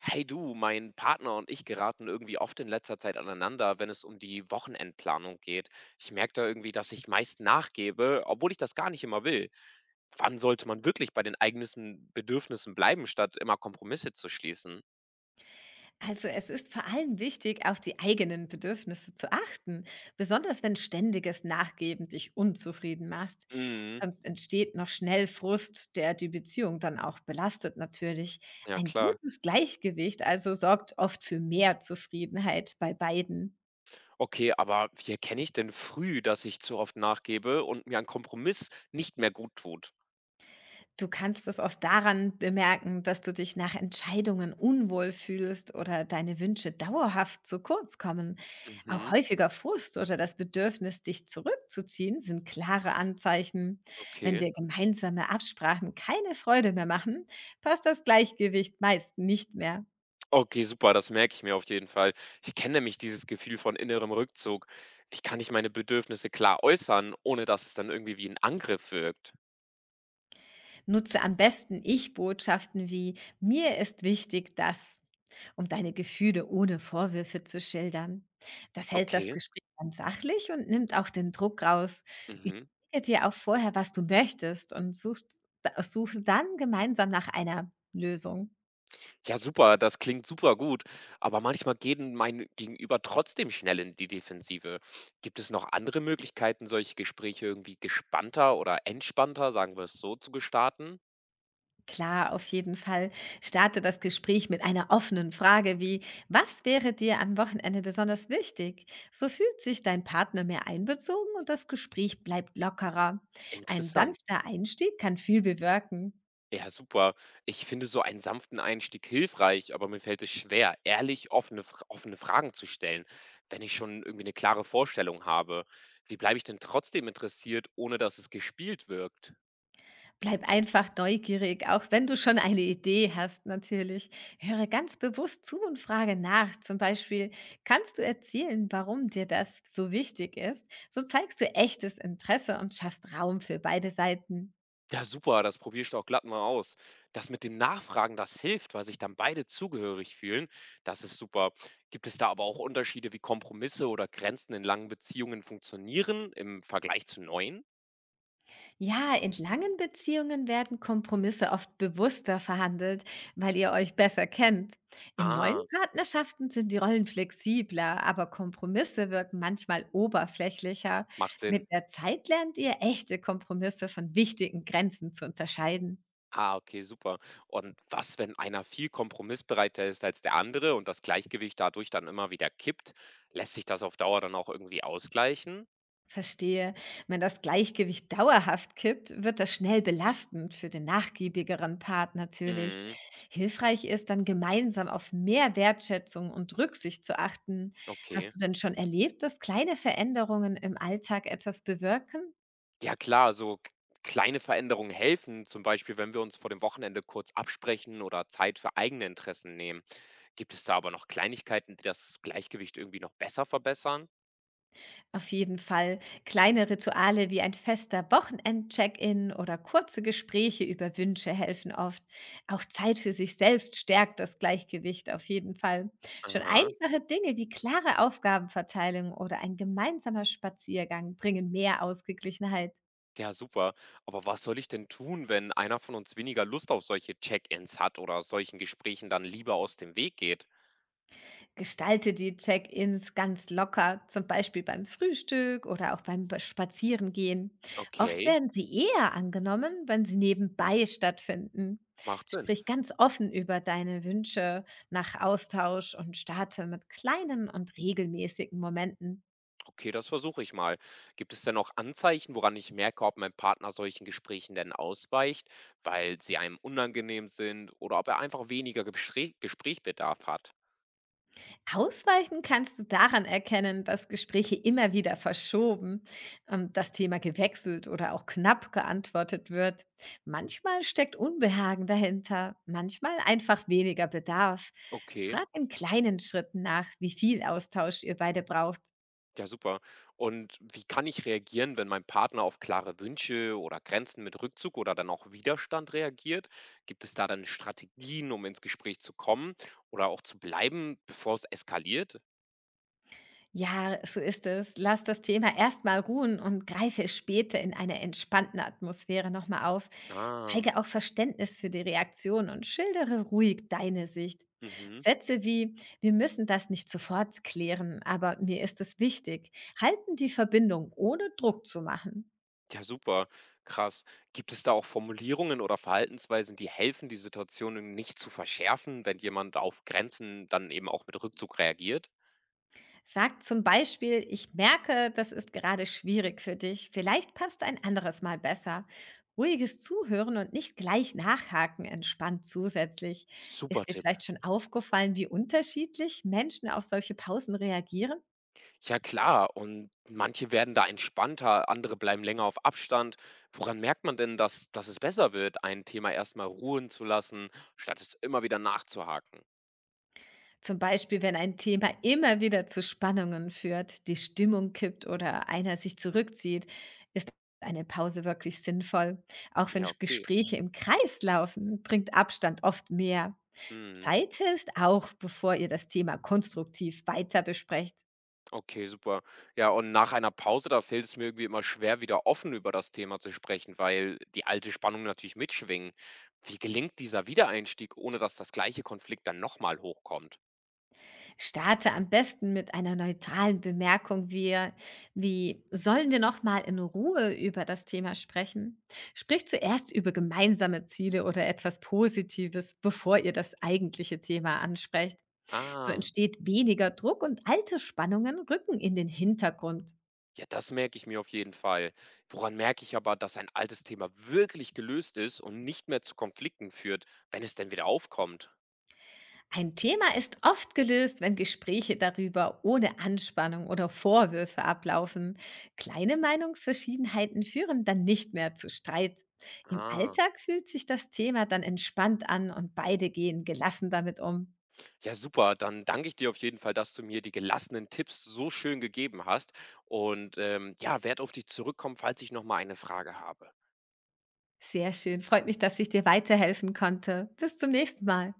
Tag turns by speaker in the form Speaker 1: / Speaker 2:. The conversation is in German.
Speaker 1: Hey du, mein Partner und ich geraten irgendwie oft in letzter Zeit aneinander, wenn es um die Wochenendplanung geht. Ich merke da irgendwie, dass ich meist nachgebe, obwohl ich das gar nicht immer will. Wann sollte man wirklich bei den eigenen Bedürfnissen bleiben, statt immer Kompromisse zu schließen?
Speaker 2: Also es ist vor allem wichtig, auf die eigenen Bedürfnisse zu achten, besonders wenn ständiges Nachgeben dich unzufrieden macht.
Speaker 1: Mhm,
Speaker 2: Sonst entsteht noch schnell Frust, der die Beziehung dann auch belastet natürlich.
Speaker 1: ja
Speaker 2: Ein
Speaker 1: klar.
Speaker 2: gutes Gleichgewicht also sorgt oft für mehr Zufriedenheit bei beiden.
Speaker 1: Okay, aber wie erkenne ich denn früh, dass ich zu oft nachgebe und mir ein Kompromiss nicht mehr gut tut?
Speaker 2: Du kannst es oft daran bemerken, dass du dich nach Entscheidungen unwohl fühlst oder deine Wünsche dauerhaft zu kurz kommen. Auch
Speaker 1: Mhm,
Speaker 2: häufiger Frust oder das Bedürfnis, dich zurückzuziehen, sind klare Anzeichen. Wenn
Speaker 1: okay.
Speaker 2: dir gemeinsame Absprachen keine Freude mehr machen, passt das Gleichgewicht meist nicht mehr.
Speaker 1: Okay, super, das merke ich mir auf jeden Fall. Ich kenne nämlich dieses Gefühl von innerem Rückzug. Wie kann ich meine Bedürfnisse klar äußern, ohne dass es dann irgendwie wie ein Angriff wirkt?
Speaker 2: Nutze am besten Ich-Botschaften wie mir ist wichtig, dass um deine Gefühle ohne Vorwürfe zu schildern. Das hält das
Speaker 1: Okay,
Speaker 2: Gespräch dann sachlich und nimmt auch den Druck raus.
Speaker 1: mhm.
Speaker 2: Überlege dir auch vorher, was du möchtest und suchst, suche dann gemeinsam nach einer Lösung.
Speaker 1: Ja, super, das klingt super gut, aber manchmal geht mein Gegenüber trotzdem schnell in die Defensive. Gibt es noch andere Möglichkeiten, solche Gespräche irgendwie gespannter oder entspannter, sagen wir es so, zu gestalten?
Speaker 2: Klar, auf jeden Fall. Starte das Gespräch mit einer offenen Frage wie, was wäre dir am Wochenende besonders wichtig? So fühlt sich dein Partner mehr einbezogen und das Gespräch bleibt lockerer. Ein
Speaker 1: Interessant.
Speaker 2: sanfter Einstieg kann viel bewirken.
Speaker 1: Ja, super. Ich finde so einen sanften Einstieg hilfreich, aber mir fällt es schwer, ehrlich offene, offene Fragen zu stellen, wenn ich schon irgendwie eine klare Vorstellung habe. Wie bleibe ich denn trotzdem interessiert, ohne dass es gespielt wirkt?
Speaker 2: Bleib einfach neugierig, auch wenn du schon eine Idee hast natürlich. Höre ganz bewusst zu und frage nach. Zum Beispiel, kannst du erzählen, warum dir das so wichtig ist? So zeigst du echtes Interesse und schaffst Raum für beide Seiten.
Speaker 1: Ja, super, das probiere ich doch glatt mal aus. Das mit dem Nachfragen, das hilft, weil sich dann beide zugehörig fühlen. Das ist super. Gibt es da aber auch Unterschiede, wie Kompromisse oder Grenzen in langen Beziehungen funktionieren im Vergleich zu neuen?
Speaker 2: Ja, in langen Beziehungen werden Kompromisse oft bewusster verhandelt, weil ihr euch besser kennt. In neuen
Speaker 1: Ah,
Speaker 2: Partnerschaften sind die Rollen flexibler, aber Kompromisse wirken manchmal oberflächlicher.
Speaker 1: macht Sinn.
Speaker 2: Mit der Zeit lernt ihr echte Kompromisse von wichtigen Grenzen zu unterscheiden.
Speaker 1: Ah, okay, super. Und was, wenn einer viel kompromissbereiter ist als der andere und das Gleichgewicht dadurch dann immer wieder kippt? Lässt sich das auf Dauer dann auch irgendwie ausgleichen?
Speaker 2: Verstehe. Wenn das Gleichgewicht dauerhaft kippt, wird das schnell belastend für den nachgiebigeren Part natürlich.
Speaker 1: Mhm.
Speaker 2: Hilfreich ist dann gemeinsam auf mehr Wertschätzung und Rücksicht zu achten.
Speaker 1: Okay.
Speaker 2: Hast du denn schon erlebt, dass kleine Veränderungen im Alltag etwas bewirken?
Speaker 1: Ja klar, so kleine Veränderungen helfen, zum Beispiel wenn wir uns vor dem Wochenende kurz absprechen oder Zeit für eigene Interessen nehmen. Gibt es da aber noch Kleinigkeiten, die das Gleichgewicht irgendwie noch besser verbessern?
Speaker 2: Auf jeden Fall. Kleine Rituale wie ein fester Wochenend-Check-in oder kurze Gespräche über Wünsche helfen oft. Auch Zeit für sich selbst stärkt das Gleichgewicht auf jeden Fall. Schon
Speaker 1: Aha.
Speaker 2: einfache Dinge wie klare Aufgabenverteilung oder ein gemeinsamer Spaziergang bringen mehr Ausgeglichenheit.
Speaker 1: Ja, super. Aber was soll ich denn tun, wenn einer von uns weniger Lust auf solche Check-ins hat oder solchen Gesprächen dann lieber aus dem Weg geht?
Speaker 2: Gestalte die Check-ins ganz locker, zum Beispiel beim Frühstück oder auch beim Spazierengehen. Oft
Speaker 1: Okay,
Speaker 2: werden sie eher angenommen, wenn sie nebenbei stattfinden.
Speaker 1: macht Sinn.
Speaker 2: Sprich ganz offen über deine Wünsche nach Austausch und starte mit kleinen und regelmäßigen Momenten.
Speaker 1: Okay, das versuche ich mal. Gibt es denn auch Anzeichen, woran ich merke, ob mein Partner solchen Gesprächen denn ausweicht, weil sie einem unangenehm sind oder ob er einfach weniger Gesprächbedarf hat?
Speaker 2: Ausweichen kannst du daran erkennen, dass Gespräche immer wieder verschoben, das Thema gewechselt oder auch knapp geantwortet wird. Manchmal steckt Unbehagen dahinter, manchmal einfach weniger Bedarf.
Speaker 1: Okay.
Speaker 2: Frag in kleinen Schritten nach, wie viel Austausch ihr beide braucht.
Speaker 1: Ja, super. Und wie kann ich reagieren, wenn mein Partner auf klare Wünsche oder Grenzen mit Rückzug oder dann auch Widerstand reagiert? Gibt es da dann Strategien, um ins Gespräch zu kommen oder auch zu bleiben, bevor es eskaliert?
Speaker 2: Ja, so ist es. Lass das Thema erstmal ruhen und greife es später in einer entspannten Atmosphäre nochmal auf.
Speaker 1: Ah,
Speaker 2: Zeige auch Verständnis für die Reaktion und schildere ruhig deine Sicht.
Speaker 1: mhm.
Speaker 2: Sätze wie, wir müssen das nicht sofort klären, aber mir ist es wichtig, halten die Verbindung, ohne Druck zu machen.
Speaker 1: Ja, super. Krass. Gibt es da auch Formulierungen oder Verhaltensweisen, die helfen, die Situation nicht zu verschärfen, wenn jemand auf Grenzen dann eben auch mit Rückzug reagiert?
Speaker 2: Sag zum Beispiel, ich merke, das ist gerade schwierig für dich. Vielleicht passt ein anderes Mal besser. Ruhiges Zuhören und nicht gleich nachhaken entspannt zusätzlich.
Speaker 1: Super
Speaker 2: Ist dir
Speaker 1: Tipp.
Speaker 2: vielleicht schon aufgefallen, wie unterschiedlich Menschen auf solche Pausen reagieren?
Speaker 1: Ja klar, und manche werden da entspannter, andere bleiben länger auf Abstand. Woran merkt man denn, dass es besser wird, ein Thema erstmal ruhen zu lassen, statt es immer wieder nachzuhaken?
Speaker 2: Zum Beispiel, wenn ein Thema immer wieder zu Spannungen führt, die Stimmung kippt oder einer sich zurückzieht, ist eine Pause wirklich sinnvoll. Auch wenn
Speaker 1: Ja, okay.
Speaker 2: Gespräche im Kreis laufen, bringt Abstand oft mehr.
Speaker 1: Mhm.
Speaker 2: Zeit hilft auch, bevor ihr das Thema konstruktiv weiter besprecht.
Speaker 1: Okay, super. Ja, und nach einer Pause, da fällt es mir irgendwie immer schwer, wieder offen über das Thema zu sprechen, weil die alte Spannung natürlich mitschwingen. Wie gelingt dieser Wiedereinstieg, ohne dass das gleiche Konflikt dann nochmal hochkommt?
Speaker 2: Starte am besten mit einer neutralen Bemerkung wie, wie sollen wir noch mal in Ruhe über das Thema sprechen? Sprich zuerst über gemeinsame Ziele oder etwas Positives, bevor ihr das eigentliche Thema ansprecht. So
Speaker 1: Ah.
Speaker 2: entsteht weniger Druck und alte Spannungen rücken in den Hintergrund.
Speaker 1: Ja, das merke ich mir auf jeden Fall. Woran merke ich aber, dass ein altes Thema wirklich gelöst ist und nicht mehr zu Konflikten führt, wenn es denn wieder aufkommt?
Speaker 2: Ein Thema ist oft gelöst, wenn Gespräche darüber ohne Anspannung oder Vorwürfe ablaufen. Kleine Meinungsverschiedenheiten führen dann nicht mehr zu Streit. Im
Speaker 1: Ah,
Speaker 2: Alltag fühlt sich das Thema dann entspannt an und beide gehen gelassen damit um.
Speaker 1: ja, super. Dann danke ich dir auf jeden Fall, dass du mir die gelassenen Tipps so schön gegeben hast. Und ja, werd auf dich zurückkommen, falls ich nochmal eine Frage habe.
Speaker 2: Sehr schön, freut mich, dass ich dir weiterhelfen konnte. Bis zum nächsten Mal.